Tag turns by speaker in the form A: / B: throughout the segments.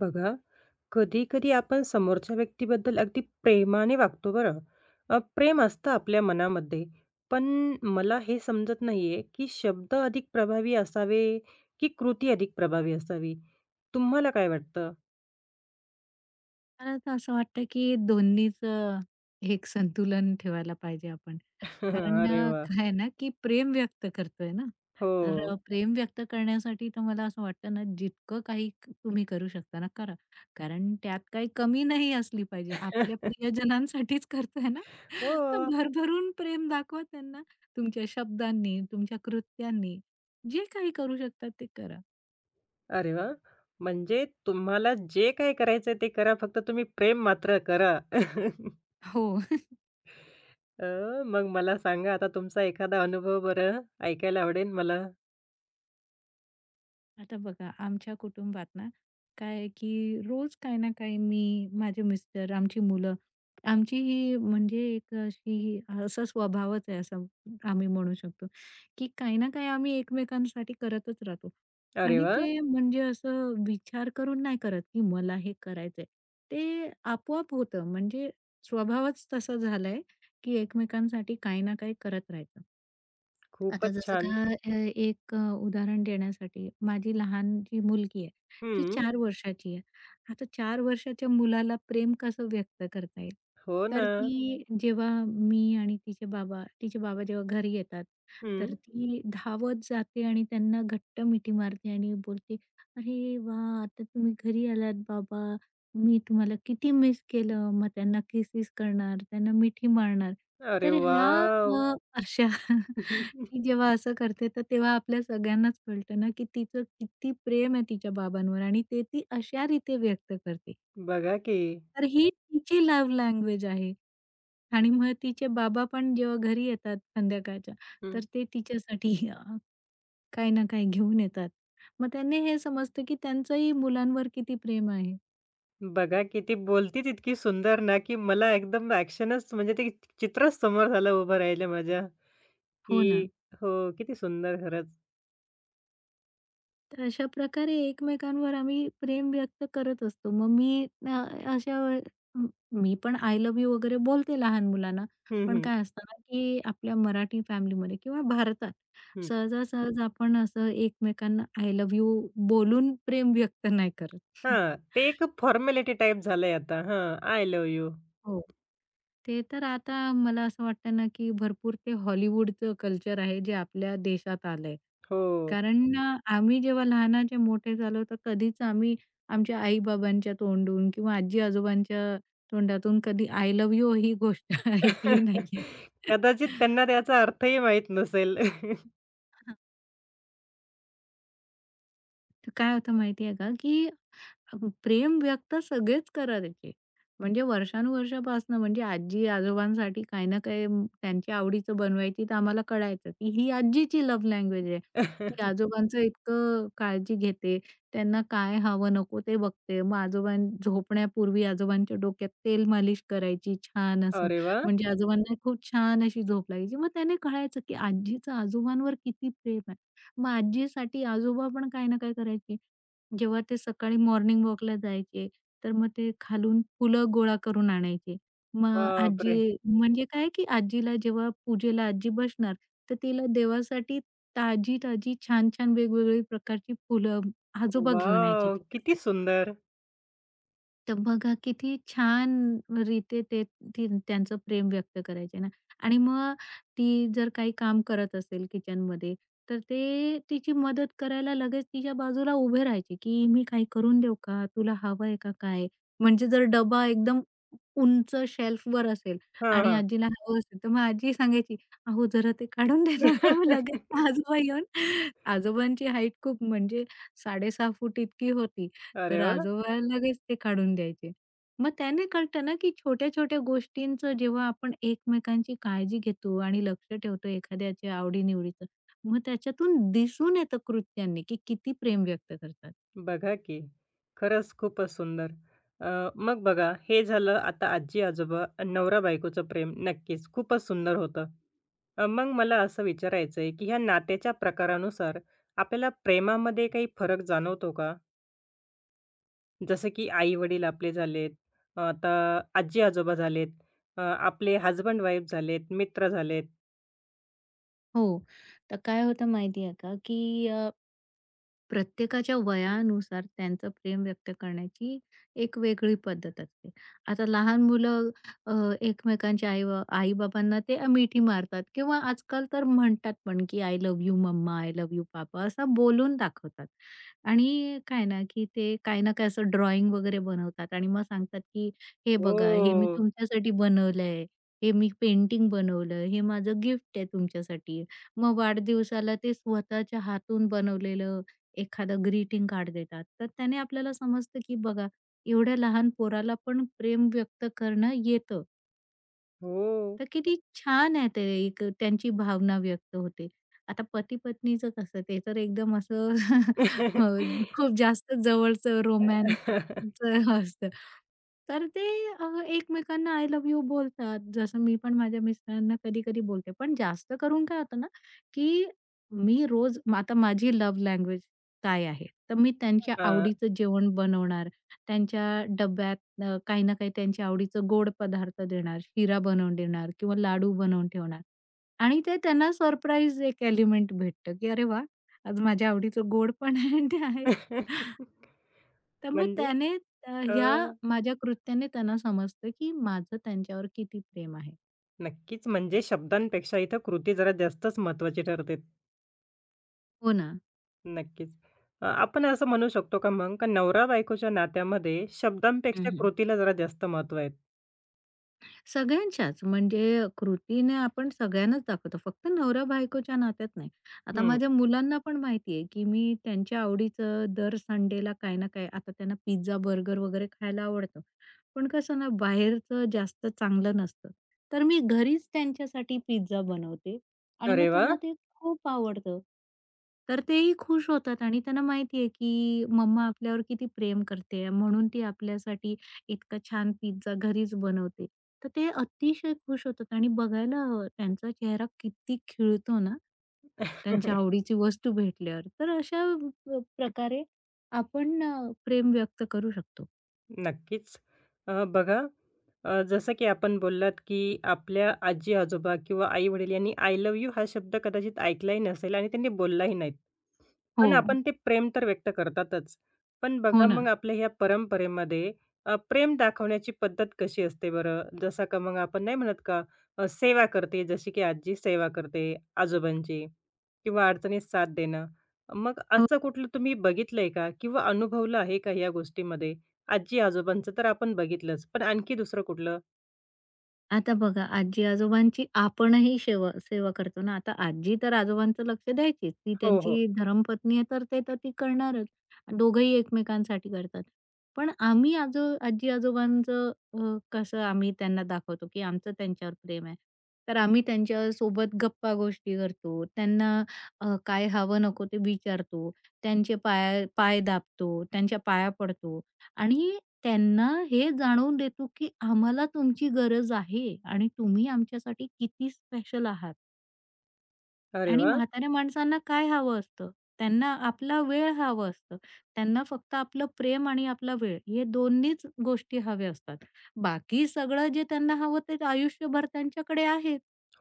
A: बघा, कधी-कधी आपण समोरच्या व्यक्तीबद्दल अगदी प्रेमाने वागतो बरं. प्रेम असतं आपल्या मनामध्ये. पण मला हे समजत नाहीये, की शब्द अधिक प्रभावी असावे, की कृती अधिक प्रभावी असावी? तुम्हाला काय वाटतं?
B: मला तर असं वाटतं की दोन्हीचं एक संतुलन ठेवायला पाहिजे आपण. कारण
A: अरे वा,
B: काय आहे ना की प्रेम व्यक्त करतोय ना,
A: हो.
B: तर प्रेम व्यक्त करण्यासाठी तर मला असं वाटतं ना जितकं काही तुम्ही करू शकता ना करा. कारण त्यात काही कमी नाही असली पाहिजे. आपल्या प्रियजनांसाठीच करतोय ना, तर
A: हो.
B: भरभरून प्रेम दाखवा त्यांना. तुमच्या शब्दांनी, तुमच्या कृत्यांनी जे काही करू शकतात ते करा.
A: अरे वा, म्हणजे तुम्हाला जे काही करायचंय ते करा, फक्त तुम्ही प्रेम मात्र करा.
B: हो.
A: अ, मग मला सांगा आता तुमचा एखादा अनुभव बरं, ऐकायला आवडेल मला.
B: आता बघा, आमच्या कुटुंबात ना, काय आहे की रोज काही ना काही मी, माझे मिस्टर, आमची मुलं, आमची ही म्हणजे एक असा स्वभावच आहे, असं आम्ही म्हणू शकतो, की काही ना काही आम्ही एकमेकांसाठी करतच राहतो.
A: अरे
B: आणि
A: वाह!
B: ते म्हणजे असं विचार करून नाही करत, की मला हे करायचंय. ते आपोआप होतं, म्हणजे स्वभावच तसा झालाय, की एकमेकांसाठी काही ना काही करत राहायचं. आता
A: खूपच
B: जसं का
A: छान.
B: एक उदाहरण देण्यासाठी माझी लहान जी मुलगी आहे, ती
A: हं.
B: 4 वर्षाची आहे. आता चार वर्षाच्या मुलाला प्रेम कसं व्यक्त करता येईल?
A: हो
B: तर
A: ना.
B: ती जेव्हा मी आणि तिचे बाबा जेव्हा घरी येतात, तर
A: हं.
B: ती धावत जाते आणि त्यांना घट्ट मिठी मारते आणि बोलते, "अरे वाह! आता तुम्ही घरी आलात बाबा, मी तुम्हाला किती मिस केलं." मग त्यांना किसेस करणार, त्यांना मिठी मारणार.
A: अरे
B: तर ह्या
A: वाव,
B: अ, अशा ती जेव्हा असं करते, तर तेव्हा आपल्या सगळ्यांनाच कळतं ना, की तिचं किती प्रेम आहे तिच्या बाबांवर आणि ते ती अशा रीते व्यक्त करते.
A: बघा की.
B: तर ही तिची लव्ह लँग्वेज आहे आणि मग तिचे बाबा पण जेव्हा घरी येतात संध्याकाळच्या, तर
A: हं.
B: ते तिच्यासाठी काही ना काही घेऊन येतात. मग त्यांनी हे समजतं, की त्यांचंही मुलांवर किती प्रेम आहे.
A: बघा की ती बोलतीच इतकी सुंदर ना, की मला एकदम ॲक्शनच म्हणजे ते चित्रच समोर झालं उभं राहिलं माझ्या,
B: हो ना.
A: की हो, किती सुंदर खरंच.
B: तर अशा प्रकारे एकमेकांवर आम्ही प्रेम व्यक्त करत असतो. मग मी अ, अशा वेळे मी पण आय लव्ह यू वगैरे बोलते लहान मुलांना.
A: हं,
B: पण
A: हं,
B: काय असतं ना, की आपल्या मराठी फॅमिलीमध्ये किंवा भारतात
A: हं.
B: सहजासहज आपण असं एकमेकांना आय लव्ह यू बोलून प्रेम व्यक्त नाही करत.
A: हां, ते एक फॉर्मॅलिटी टाइप झालंय आता. हां, आय लव्ह यू.
B: हो. ते तर आता मला असं वाटतं ना, की भरपूर ते हॉलिवूडचं कल्चर आहे जे आपल्या देशात आलंय.
A: हो.
B: कारण आम्ही जेव्हा लहानाचे मोठे झालो, तर कधीच आम्ही आमच्या आई-बाबांच्या तोंडून किंवा आजी-आजोबांच्या तोंडातून कधी "आय लव्ह यू" ही गोष्ट ऐकली नाहीये.
A: कदाचित त्यांना त्याचा अर्थही माहीत नसेल.
B: हां. तर काय होतं माहिती आहे का, की अ, प्रेम व्यक्त सगळेच करायचे. म्हणजे वर्षानुवर्षापासनं म्हणजे आजी-आजोबांसाठी काही ना काही त्यांच्या आवडीचं बनवायची तर आम्हाला कळायचं, की ही आजीची लव्ह लँग्वेज आहे. ती आजोबांचं इतकं काळजी घेते, त्यांना काय हवं नको ते बघते. मग झोपण्यापूर्वी आजोबांच्या डोक्यात तेल मालिश करायची छान असं.
A: अरे वाह!
B: म्हणजे आजोबांना खूप छान अशी झोप लागायची. मग त्याने कळायचं, की आजीचं आजोबांवर किती प्रेम आहे. मग आजीसाठी आजोबा पण काही ना काय करायचे. जेव्हा ते सकाळी मॉर्निंग वॉकला जायचे, तर मग ते खालून फुलं गोळा करून आणायचे. मग
A: बापरे!
B: आजी म्हणजे काय की आजीला जेव्हा पूजेला आजी बसणार, तर तिला देवासाठी ताजी-ताजी, छान-छान वेगवेगळी प्रकारची फुलं आजोबा घेऊन यायचे
A: वॉव! किती
B: तिच्यासाठी.
A: सुंदर.
B: तर बघा किती छान रीते ते ती त्यांचं प्रेम व्यक्त करायचे ना. आणि मग ती जर काही काम करत असेल किचनमध्ये, तर ते तिची मदत करायला लगेच तिच्या बाजूला उभे राहायचे, की मी काही करून देऊ का, तुला हवं आहे का काय. म्हणजे जर डबा एकदम उंच शेल्फवर असेल
A: हां,
B: आणि
A: हां.
B: आजीला हवं असेल, तर मग आजी सांगायची, अहो जरा ते काढून दे ना. मग लगेच आजोबा येऊन आजोबांची हाईट खूप म्हणजे 6.5 फूट इतकी होती.
A: अरे
B: तर
A: वा.
B: आजोबा लगेच ते काढून द्यायचे. मग त्याने कळतं ना, की छोट्या-छोट्या गोष्टींचं जेव्हा आपण एकमेकांची काळजी घेतो आणि लक्ष ठेवतो एखाद्याच्या आवडी-निवडीचं, मग त्याच्यातून दिसून येतं कृत्यांनी, की किती प्रेम व्यक्त करतात.
A: बघा की. खरंच खूपच सुंदर. मग बघा हे झालं आता आजी-आजोबा नवरा-बायकोचं प्रेम नक्कीच खूपच सुंदर होतं. मग मला असं विचारायचं आहे, की ह्या नात्याच्या प्रकारानुसार आपल्याला प्रेमामध्ये काही फरक जाणवतो का? जसं की आई-वडील आपले झालेत, आता आजी-आजोबा झालेत, आपले हसबंड वाईफ झालेत, मित्र झालेत.
B: हो. तर काय होतं माहिती का, की प्रत्येकाच्या वयानुसार त्यांचं प्रेम व्यक्त करण्याची एक वेगळी पद्धत असते. आता लहान मुलं अ, एकमेकांच्या आई-बाबांना ते मिठी मारतात किंवा आजकाल तर म्हणतात पण, की "I love you mamma, I love you papa" असं बोलून दाखवतात. आणि काय ना, की ते काही ना काही असं ड्रॉइंग वगैरे बनवतात आणि मग सांगतात, की "हे बघा, हे मी
A: हो,
B: तुमच्यासाठी बनवलंय. हे मी पेंटिंग बनवलं. हे माझं गिफ्ट आहे तुमच्यासाठी." मग वाढदिवसाला ते स्वतःच्या हातून बनवलेलं एखादं ग्रीटिंग कार्ड देतात. तर त्याने आपल्याला समजतं, की बघा एवढ्या लहान पोराला पण प्रेम व्यक्त करणं येतं.
A: हो.
B: तर किती छान आहे ते एक त्यांची भावना व्यक्त होते. आता पती-पत्नीचं कसं ते तर एकदम असं अ, खूप जास्त जवळचं रोमॅन्सचं असतं. तर ते एकमेकांना आय लव्ह यू बोलतात. जसं मी पण माझ्या मिस्टरांना कधी-कधी बोलते. पण जास्त करून काय होतं ना, की आता माझी लव्ह लँग्वेज काय आहे? तर मी त्यांच्या
A: हां.
B: आवडीचं जेवण बनवणार, त्यांच्या डब्या काही ना काही त्यांच्या आवडीचं गोड पदार्थ देणार, शिरा बनवून देणार किंवा लाडू बनवून ठेवणार. आणि ते त्यांना सरप्राईज एक एलिमेंट भेटतं, की "अरे वाह! आज माझ्या आवडीचं गोड पण आहे आणि ते आहे." तर मग
A: म्हणजे
B: त्याने अ,
A: अ,
B: ह्या माझ्या कृत्याने त्यांना समजतं, की माझं त्यांच्यावर किती प्रेम आहे.
A: नक्कीच म्हणजे शब्दांपेक्षा इथं कृती जरा जास्तच महत्त्वाची ठरते.
B: हो ना.
A: नक्कीच. आपण असं म्हणू शकतो का मग, का नवरा-बायकोच्या नात्यामध्ये शब्दांपेक्षा कृतीला जरा जास्त महत्त्व आहे?
B: सगळ्यांच्याच म्हणजे कृतीने आपण सगळ्यांनाच दाखवतो. फक्त नवरा-बायकोच्या नात्यात नाही. आता
A: हं.
B: माझ्या मुलांना पण माहिती आहे, की मी त्यांच्या आवडीचं दर संडेला काही ना काही आता त्यांना पिझ्झा, बर्गर वगैरे खायला आवडतं. पण कसं ना बाहेरचं जास्त चांगलं नसतं. तर मी घरीच त्यांच्यासाठी पिझ्झा बनवते आणि मग
A: अरे वाह!
B: त्यांना ते खूप आवडतं. तर तेही खुश होतात आणि त्यांना माहिती आहे, की मम्मा आपल्यावर किती प्रेम करते म्हणून ती आपल्यासाठी इतका छान पिझ्झा घरीच बनवते. तर ते अतिशय खुश होतात आणि बघायला हवं त्यांचा चेहरा किती खिळतो ना, त्यांच्या आवडीची वस्तू भेटल्यावर. तर अशा प्रकारे आपण प्रेम व्यक्त करू शकतो.
A: नक्कीच. बघा, जसं की आपण बोललात, की आपल्या आजी-आजोबा किंवा आई-वडील यांनी "आय लव्ह यू" हा शब्द कदाचित ऐकलाही नसेल आणि त्यांनी बोललाही नाहीत.
B: हो,
A: पण आपण ते प्रेम तर व्यक्त करतातच. पण
B: हो
A: बघा
B: ना.
A: मग आपल्या ह्या परंपरेमध्ये प्रेम दाखवण्याची पद्धत कशी असते बरं? जसं का मग आपण नाही म्हणत का सेवा करते, जशी की आजी सेवा करते आजोबांची किंवा अडचणीत साथ देणं. मग
B: हो.
A: असं कुठलं तुम्ही बघितलंय का किंवा अनुभवलं आहे का या गोष्टीमध्ये? आजी-आजोबांचं तर आपण बघितलंच, पण आणखी दुसरं कुठलं?
B: आता बघा, आजी-आजोबांची आपणही सेवा करतो ना. आता आजी तर आजोबांचं लक्ष द्यायचीच. ती
A: हो, हो.
B: त्यांची धर्मपत्नी आहे, तर ते तर ती करणारच. दोघंही एकमेकांसाठी करतात. पण आम्ही आजी-आजोबांचं कसं आम्ही त्यांना दाखवतो, की आमचं त्यांच्यावर प्रेम आहे. तर आम्ही त्यांच्यासोबत गप्पा-गोष्टी करतो. त्यांना काय हवं नको ते विचारतो. त्यांचे पाय पाय दाबतो, त्यांच्या पाया पडतो आणि त्यांना हे जाणवून देतो, की आम्हाला तुमची गरज आहे आणि तुम्ही आमच्यासाठी किती स्पेशल आहात.
A: अरे
B: आणि
A: वाह!
B: म्हाताऱ्या माणसांना काय हवं असतं? त्यांना आपला वेळ हवं असतं. त्यांना फक्त आपलं प्रेम आणि आपला वेळ हे दोन्हीच गोष्टी हव्या असतात. बाकी सगळं जे त्यांना हवं ते आयुष्यभर त्यांच्याकडे आहे.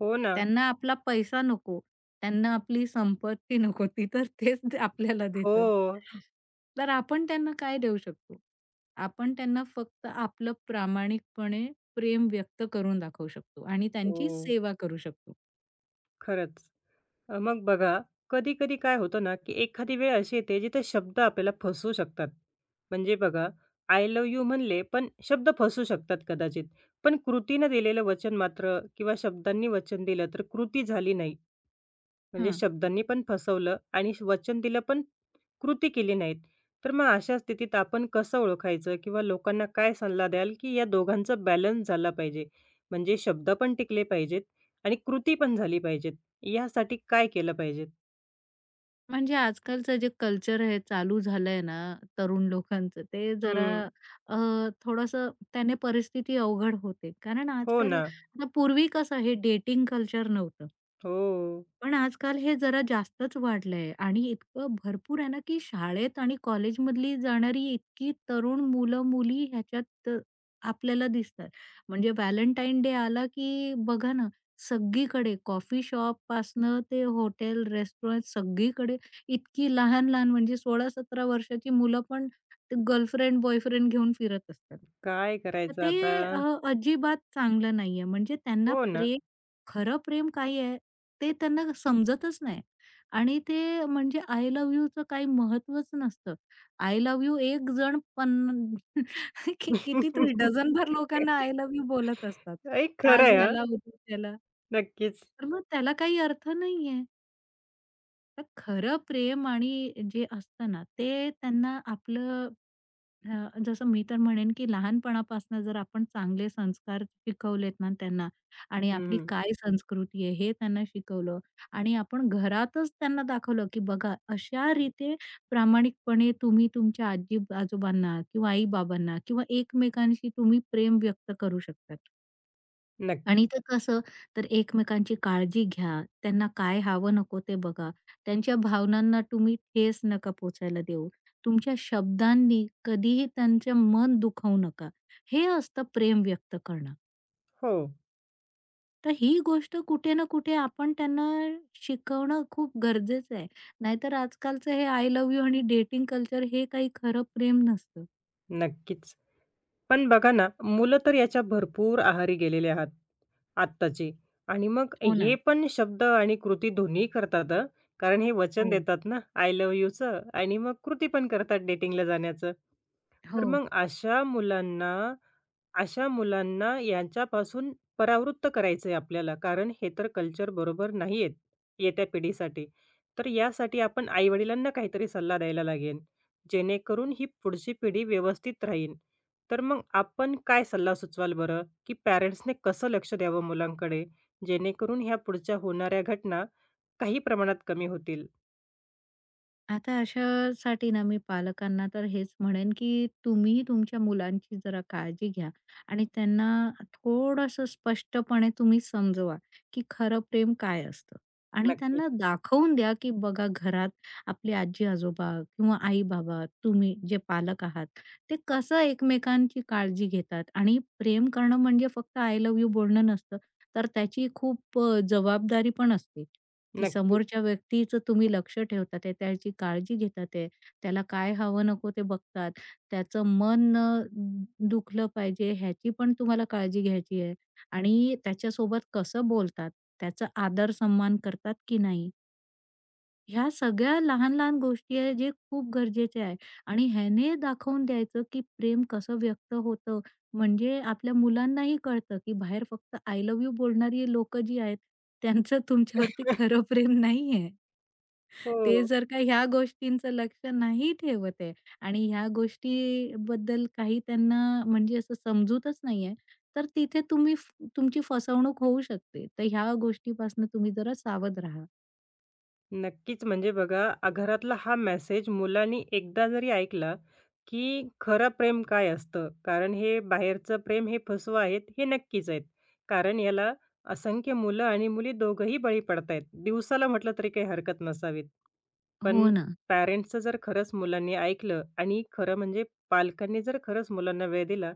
A: हो ना.
B: त्यांना आपला पैसा नको, त्यांना आपली संपत्ती नको. ती तर तेच ते आपल्याला
A: हो.
B: देतात. तर आपण त्यांना काय देऊ शकतो? आपण त्यांना फक्त आपलं प्रामाणिकपणे प्रेम व्यक्त करून दाखवू शकतो आणि त्यांची
A: हो.
B: सेवा करू शकतो.
A: खरंच. मग बघा, कधी-कधी काय होतं ना, की एखादी वेळ अशी येते जिथे शब्द आपल्याला फसवू शकतात. म्हणजे बघा, आय लव्ह यू म्हणले, पण शब्द फसवू शकतात कदाचित. पण कृतीनं दिलेलं वचन मात्र किंवा शब्दांनी वचन दिलं तर कृती झाली नाही. म्हणजे शब्दांनी पण फसवलं आणि वचन दिलं पण कृती केली नाहीत. तर मग अशा स्थितीत आपण कसं ओळखायचं किंवा लोकांना काय सल्ला द्याल, की या दोघांचा बॅलन्स झाला पाहिजे? म्हणजे शब्द पण टिकले पाहिजेत आणि कृती पण झाली पाहिजेत. यासाठी काय केलं पाहिजे?
B: म्हणजे आजकालचं जे कल्चर आहे चालू झालंय ना तरुण लोकांचं, ते जरा
A: हं.
B: अ, थोडंसं त्याने परिस्थिती अवघड होते. कारण
A: हो
B: आजकाल
A: ना.
B: आता पूर्वी कसं हे डेटिंग कल्चर नव्हतं.
A: हो.
B: पण आजकाल हे जरा जास्तच वाढलंय आणि इतकं भरपूर आहे ना, की शाळेत आणि कॉलेजमधली जाणारी इतकी तरुण मुलं-मुली ह्याच्यात आपल्याला दिसतात. म्हणजे व्हॅलेंटाईन डे आला, की बघा ना, सगळीकडे कॉफी शॉपपासनं ते हॉटेल, रेस्टॉरंट सगळीकडे इतकी लहान-लहान म्हणजे 16-17 वर्षाची मुलं पण गर्लफ्रेंड, बॉयफ्रेंड घेऊन फिरत असतात.
A: काय
B: तर
A: करायचं
B: ते
A: आता?
B: अजिबात चांगलं नाहीये. म्हणजे त्यांना
A: हो ना.
B: प्रेम खरं प्रेम काय आहे ते त्यांना समजतच नाही आणि ते म्हणजे आय लव्ह यूचं काही महत्त्वच नसतं. आय लव्ह यू एक जण पण कितीतरी डझनभर लोकांना आय लव्ह यू बोलत असतात.
A: नाही, खरं
B: आज
A: आहे.
B: ह्याला, उद्या त्याला.
A: नक्कीच.
B: तर मग त्याला काही अर्थ नाहीये. तर खरं प्रेम आणि जे असतं ना, ते त्यांना आपलं जसं मी तर म्हणेन, की लहानपणापासून जर आपण चांगले संस्कार शिकवलेत ना त्यांना आणि आपली
A: हं,
B: काय संस्कृती आहे हे त्यांना शिकवलं आणि आपण घरातच त्यांना दाखवलं, की बघा अशा रीते प्रामाणिकपणे तुम्ही तुमच्या आजी-आजोबांना किंवा आई-बाबांना किंवा एकमेकांशी तुम्ही प्रेम व्यक्त करू शकता. आणि
A: नक्कीच.
B: ते कसं तर एकमेकांची काळजी घ्या, त्यांना काय हवं नको ते बघा. त्यांच्या भावनांना तुम्ही ठेस नका पोचायला देऊ. तुमच्या शब्दांनी कधीही त्यांचं मन दुखवू नका. हे असतं प्रेम व्यक्त करणं.
A: हो.
B: तर ही गोष्ट कुठे ना कुठे आपण त्यांना शिकवणं खूप गरजेचं आहे. नाहीतर आजकालचं हे आय लव्ह यू आणि डेटिंग कल्चर हे काही खरं प्रेम नसतं.
A: नक्कीच. पण बघा ना, मुलं तर याच्या भरपूर आहारी गेलेले आहात, आत्ताची. आणि मग
B: हो ना.
A: हे पण शब्द आणि कृती दोन्ही करतात हं. कारण हे वचन
B: हो.
A: देतात ना, आय लव्ह यूचं आणि मग कृती पण करतात डेटिंगला जाण्याचं.
B: हो.
A: तर मग अशा मुलांना यांच्यापासून परावृत्त करायचं आहे आपल्याला, कारण हे तर कल्चर बरोबर नाही आहेत, येत्या पिढीसाठी. तर यासाठी आपण आई-वडिलांना काहीतरी सल्ला द्यायला लागेल, जेणेकरून ही पुढची पिढी व्यवस्थित राहील. तर मग आपण काय सल्ला सुचवाल बरं, की पॅरेंट्सने कसं लक्ष द्यावं मुलांकडे, जेणेकरून ह्या पुढच्या होणाऱ्या घटना काही प्रमाणात कमी होतील?
B: आता अशासाठी ना मी पालकांना तर हेच म्हणेन, की तुम्ही तुमच्या मुलांची जरा काळजी घ्या आणि त्यांना थोडंसं स्पष्टपणे तुम्ही समजवा, की खरं प्रेम काय असतं आणि
A: नक्कीच,
B: त्यांना दाखवून द्या, की बघा घरात आपले आजी-आजोबा किंवा आई-बाबा, तुम्ही जे पालक आहात, ते कसं एकमेकांची काळजी घेतात आणि प्रेम करणं म्हणजे फक्त आय लव्ह यू बोलणं नसतं, तर त्याची खूप जबाबदारी पण असते. की
A: नक्कीच.
B: समोरच्या व्यक्तीचं तुम्ही लक्ष ठेवतात आहे, त्याची काळजी घेतात आहे, त्याला काय हवं नको ते बघतात, त्याचं मन न दुखलं पाहिजे ह्याची पण तुम्हाला काळजी घ्यायची आहे आणि त्याच्यासोबत कसं बोलतात, त्याचा आदर सन्मान करतात की नाही, ह्या सगळ्या लहान-लहान गोष्टी आहे जे खूप गरजेचे आहे आणि ह्याने दाखवून द्यायचं की प्रेम कसं व्यक्त होतं. म्हणजे आपल्या मुलांनाही कळतं की बाहेर फक्त आय लव्ह यू बोलणारी लोकं जी आहेत, त्यांचं तुमच्यावरती खरं प्रेम नाही. ते
A: हो.
B: जर का ह्या गोष्टींचं लक्ष नाही ठेवत आहे आणि ह्या गोष्टीबद्दल काही त्यांना म्हणजे असं समजूतच नाहीये, तर तिथे तुम्ही तुमची फसवणूक होऊ शकते. तर ह्या गोष्टीपासून तुम्ही जरा सावध राहा.
A: नक्कीच. म्हणजे बघा आ, घरातला हा मेसेज मुलांनी एकदा जरी ऐकला, की खरं प्रेम काय असतं? कारण हे बाहेरचं प्रेम हे फसवं आहेत, हे नक्कीच आहेत. कारण याला असंख्य मुलं आणि मुली दोघंही बळी पडतायत. दिवसाला म्हटलं तरी काही हरकत नसावीत.
B: हो
A: पण
B: ना.
A: पॅरेंट्सचं जर खरंच मुलांनी ऐकलं आणि खरं म्हणजे पालकांनी जर खरंच मुलांना वेळ दिला,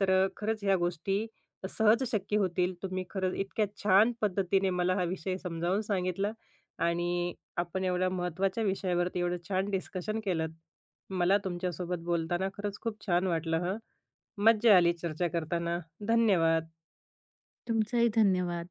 A: तर खरंच ह्या गोष्टी सहज शक्य होतील. तुम्ही खरंच इतक्या छान पद्धतीने मला हा विषय समजावून सांगितला आणि आपण एवढ्या महत्त्वाच्या विषयावरती एवढं छान डिस्कशन केलंत. मला तुमच्यासोबत बोलताना खरंच खूप छान वाटलं हं. मज्जा आली चर्चा करताना. धन्यवाद.
B: तुमचाही धन्यवाद.